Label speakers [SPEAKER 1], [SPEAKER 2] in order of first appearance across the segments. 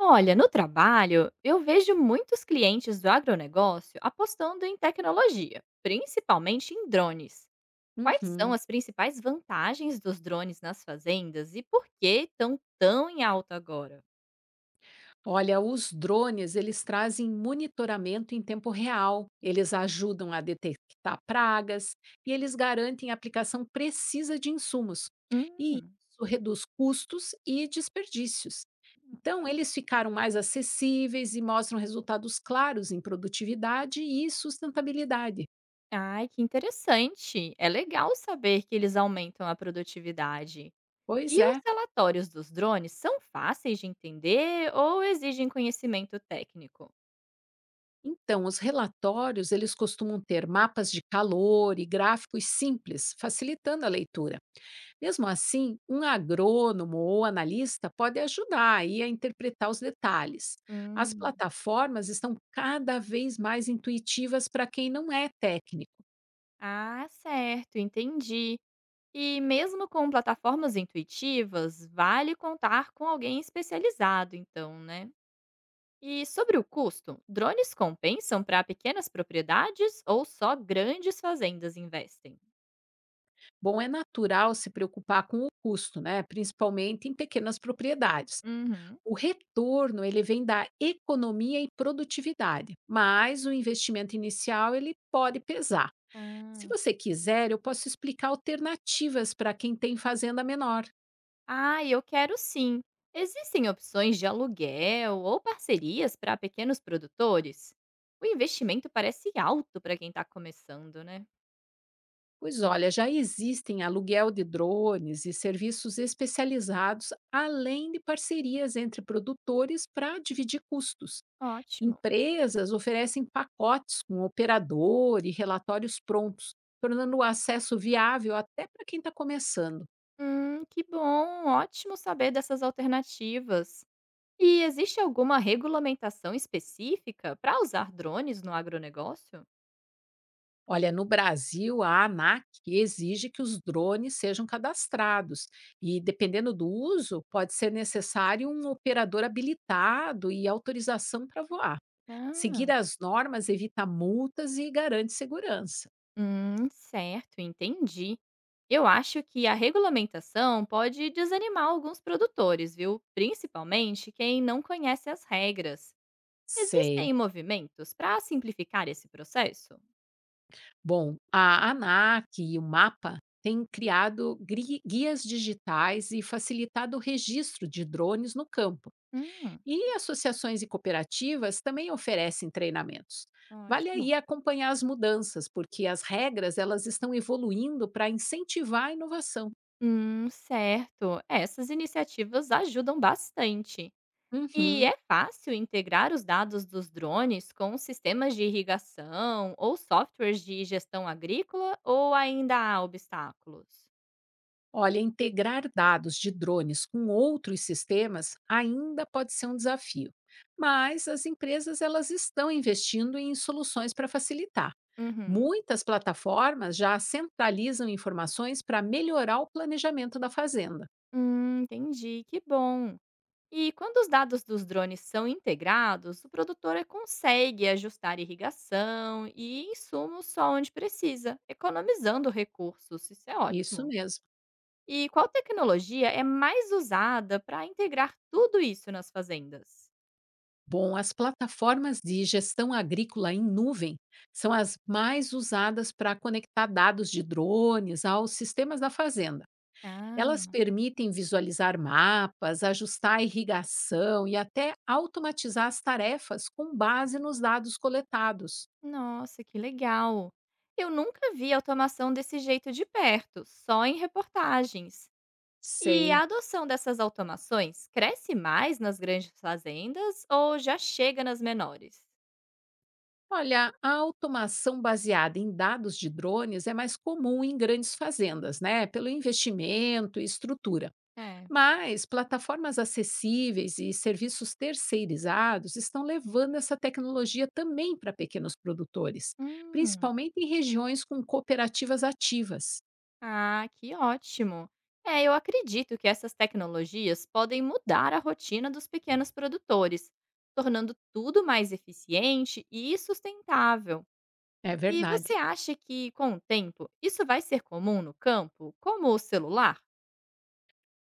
[SPEAKER 1] Olha, no trabalho, eu vejo muitos clientes do agronegócio apostando em tecnologia, principalmente em drones. Quais são
[SPEAKER 2] Uhum.
[SPEAKER 1] as principais vantagens dos drones nas fazendas e por que estão tão em alta agora?
[SPEAKER 2] Olha, os drones, eles trazem monitoramento em tempo real, eles ajudam a detectar pragas e eles garantem a aplicação precisa de insumos. E
[SPEAKER 1] Hum.
[SPEAKER 2] isso reduz custos e desperdícios. Então, eles ficaram mais acessíveis e mostram resultados claros em produtividade e sustentabilidade.
[SPEAKER 1] Ai, que interessante. É legal saber que eles aumentam a produtividade.
[SPEAKER 2] Pois
[SPEAKER 1] E os
[SPEAKER 2] é.
[SPEAKER 1] relatórios dos drones são fáceis de entender ou exigem conhecimento técnico?
[SPEAKER 2] Então, os relatórios, eles costumam ter mapas de calor e gráficos simples, facilitando a leitura. Mesmo assim, um agrônomo ou analista pode ajudar aí a interpretar os detalhes. As
[SPEAKER 1] Hum.
[SPEAKER 2] plataformas estão cada vez mais intuitivas para quem não é técnico.
[SPEAKER 1] Ah, certo, entendi. E mesmo com plataformas intuitivas, vale contar com alguém especializado, então, né? E sobre o custo, drones compensam para pequenas propriedades ou só grandes fazendas investem?
[SPEAKER 2] Bom, é natural se preocupar com o custo, né? Principalmente em pequenas propriedades.
[SPEAKER 1] Uhum.
[SPEAKER 2] O retorno ele vem da economia e produtividade, mas o investimento inicial ele pode pesar. Se
[SPEAKER 1] Ah,
[SPEAKER 2] você quiser, eu posso explicar alternativas para quem tem fazenda menor.
[SPEAKER 1] ah, eu quero sim. Existem opções de aluguel ou parcerias para pequenos produtores? O investimento parece alto para quem está começando, né?
[SPEAKER 2] Pois olha, já existem aluguel de drones e serviços especializados, além de parcerias entre produtores para dividir custos.
[SPEAKER 1] Ótimo.
[SPEAKER 2] Empresas oferecem pacotes com operador e relatórios prontos, tornando o acesso viável até para quem está começando.
[SPEAKER 1] Que bom, ótimo saber dessas alternativas. E existe alguma regulamentação específica para usar drones no agronegócio?
[SPEAKER 2] Olha, no Brasil, a ANAC exige que os drones sejam cadastrados e, dependendo do uso, pode ser necessário um operador habilitado e autorização para voar. Seguir
[SPEAKER 1] Ah,
[SPEAKER 2] as normas evita multas e garante segurança.
[SPEAKER 1] hum, certo, entendi. Eu acho que a regulamentação pode desanimar alguns produtores, viu? Principalmente quem não conhece as regras.
[SPEAKER 2] Sei.
[SPEAKER 1] Existem movimentos para simplificar esse processo?
[SPEAKER 2] Bom, a ANAC e o MAPA têm criado guias digitais e facilitado o registro de drones no campo.
[SPEAKER 1] Hum,
[SPEAKER 2] E associações e cooperativas também oferecem treinamentos. Vale aí
[SPEAKER 1] ótimo.
[SPEAKER 2] acompanhar as mudanças, porque as regras elas estão evoluindo para incentivar a inovação.
[SPEAKER 1] Certo. Essas iniciativas ajudam bastante. E
[SPEAKER 2] Uhum.
[SPEAKER 1] é fácil integrar os dados dos drones com sistemas de irrigação ou softwares de gestão agrícola ou ainda há obstáculos?
[SPEAKER 2] Olha, integrar dados de drones com outros sistemas ainda pode ser um desafio, mas as empresas elas estão investindo em soluções para facilitar.
[SPEAKER 1] Uhum.
[SPEAKER 2] Muitas plataformas já centralizam informações para melhorar o planejamento da fazenda.
[SPEAKER 1] Entendi, que bom. E quando os dados dos drones são integrados, o produtor consegue ajustar irrigação e insumos só onde precisa, economizando recursos. Isso é
[SPEAKER 2] Isso
[SPEAKER 1] ótimo.
[SPEAKER 2] mesmo.
[SPEAKER 1] E qual tecnologia é mais usada para integrar tudo isso nas fazendas?
[SPEAKER 2] Bom, as plataformas de gestão agrícola em nuvem são as mais usadas para conectar dados de drones aos sistemas da fazenda. Elas
[SPEAKER 1] Ah,
[SPEAKER 2] permitem visualizar mapas, ajustar a irrigação e até automatizar as tarefas com base nos dados coletados.
[SPEAKER 1] nossa, que legal. Eu nunca vi automação desse jeito de perto, só em reportagens. E
[SPEAKER 2] Sei.
[SPEAKER 1] a adoção dessas automações cresce mais nas grandes fazendas ou já chega nas menores?
[SPEAKER 2] Olha, a automação baseada em dados de drones é mais comum em grandes fazendas, né? Pelo investimento e estrutura.
[SPEAKER 1] É.
[SPEAKER 2] Mas plataformas acessíveis e serviços terceirizados estão levando essa tecnologia também para pequenos produtores,
[SPEAKER 1] Hum,
[SPEAKER 2] principalmente em regiões com cooperativas ativas.
[SPEAKER 1] ah, que ótimo. É, eu acredito que essas tecnologias podem mudar a rotina dos pequenos produtores, tornando tudo mais eficiente e sustentável.
[SPEAKER 2] É
[SPEAKER 1] E
[SPEAKER 2] verdade.
[SPEAKER 1] você acha que, com o tempo, isso vai ser comum no campo, como o celular?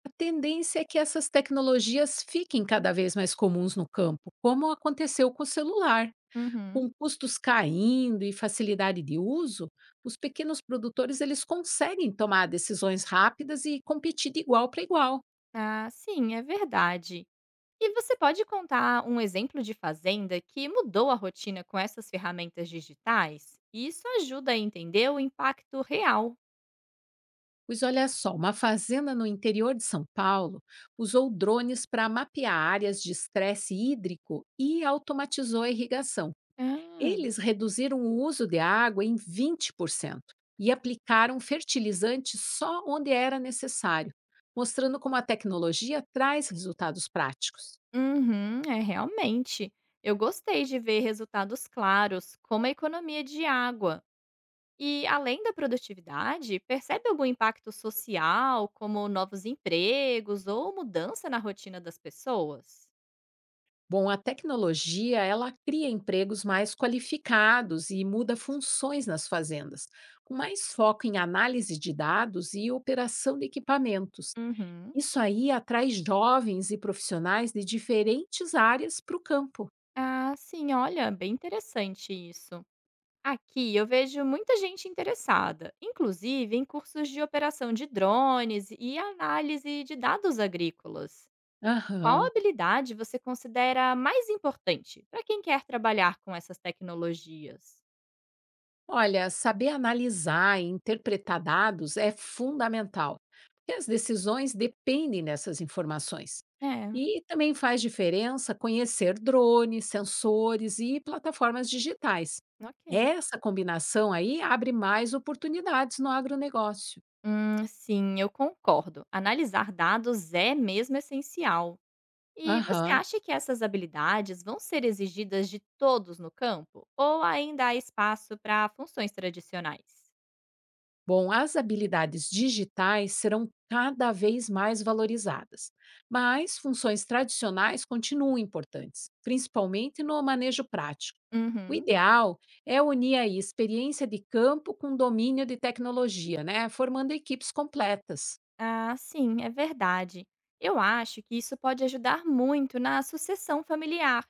[SPEAKER 2] A tendência é que essas tecnologias fiquem cada vez mais comuns no campo, como aconteceu com o celular.
[SPEAKER 1] Uhum.
[SPEAKER 2] Com custos caindo e facilidade de uso, os pequenos produtores eles conseguem tomar decisões rápidas e competir de igual para igual.
[SPEAKER 1] Ah, sim, é verdade. E você pode contar um exemplo de fazenda que mudou a rotina com essas ferramentas digitais? Isso ajuda a entender o impacto real.
[SPEAKER 2] Pois olha só, uma fazenda no interior de São Paulo usou drones para mapear áreas de estresse hídrico e automatizou a irrigação.
[SPEAKER 1] Ah,
[SPEAKER 2] Eles reduziram o uso de água em 20% e aplicaram fertilizante só onde era necessário, mostrando como a tecnologia traz resultados práticos.
[SPEAKER 1] uhum, é realmente. Eu gostei de ver resultados claros, como a economia de água. E além da produtividade, percebe algum impacto social, como novos empregos ou mudança na rotina das pessoas?
[SPEAKER 2] Bom, a tecnologia, ela cria empregos mais qualificados e muda funções nas fazendas, com mais foco em análise de dados e operação de equipamentos.
[SPEAKER 1] Uhum.
[SPEAKER 2] Isso aí atrai jovens e profissionais de diferentes áreas para o campo.
[SPEAKER 1] Ah, sim, olha, bem interessante isso. Aqui eu vejo muita gente interessada, inclusive em cursos de operação de drones e análise de dados agrícolas. Qual
[SPEAKER 2] Aham.
[SPEAKER 1] habilidade você considera mais importante para quem quer trabalhar com essas tecnologias?
[SPEAKER 2] Olha, saber analisar e interpretar dados é fundamental, porque as decisões dependem dessas informações.
[SPEAKER 1] É,
[SPEAKER 2] E também faz diferença conhecer drones, sensores e plataformas digitais.
[SPEAKER 1] ok.
[SPEAKER 2] Essa combinação aí abre mais oportunidades no agronegócio.
[SPEAKER 1] Sim, eu concordo. Analisar dados é mesmo essencial. E você
[SPEAKER 2] Aham.
[SPEAKER 1] acha que essas habilidades vão ser exigidas de todos no campo? Ou ainda há espaço para funções tradicionais?
[SPEAKER 2] Bom, as habilidades digitais serão cada vez mais valorizadas, mas funções tradicionais continuam importantes, principalmente no manejo prático. O
[SPEAKER 1] Uhum.
[SPEAKER 2] ideal é unir aí experiência de campo com domínio de tecnologia, né? Formando equipes completas.
[SPEAKER 1] Ah, sim, é verdade. Eu acho que isso pode ajudar muito na sucessão familiar,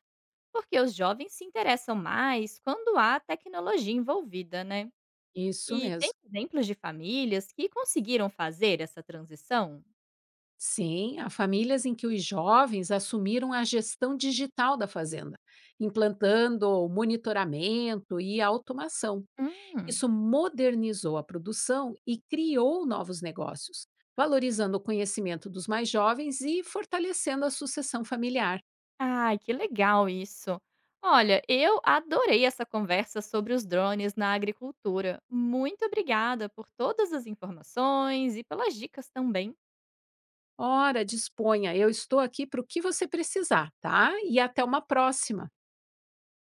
[SPEAKER 1] porque os jovens se interessam mais quando há tecnologia envolvida, né?
[SPEAKER 2] Isso
[SPEAKER 1] E tem
[SPEAKER 2] mesmo.
[SPEAKER 1] exemplos de famílias que conseguiram fazer essa transição?
[SPEAKER 2] Sim, há famílias em que os jovens assumiram a gestão digital da fazenda, implantando o monitoramento e a automação. Isso
[SPEAKER 1] Hum.
[SPEAKER 2] modernizou a produção e criou novos negócios, valorizando o conhecimento dos mais jovens e fortalecendo a sucessão familiar.
[SPEAKER 1] Ai, que legal isso. Olha, eu adorei essa conversa sobre os drones na agricultura. Muito obrigada por todas as informações e pelas dicas também.
[SPEAKER 2] Ora, disponha, eu estou aqui para o que você precisar, tá? E até uma próxima.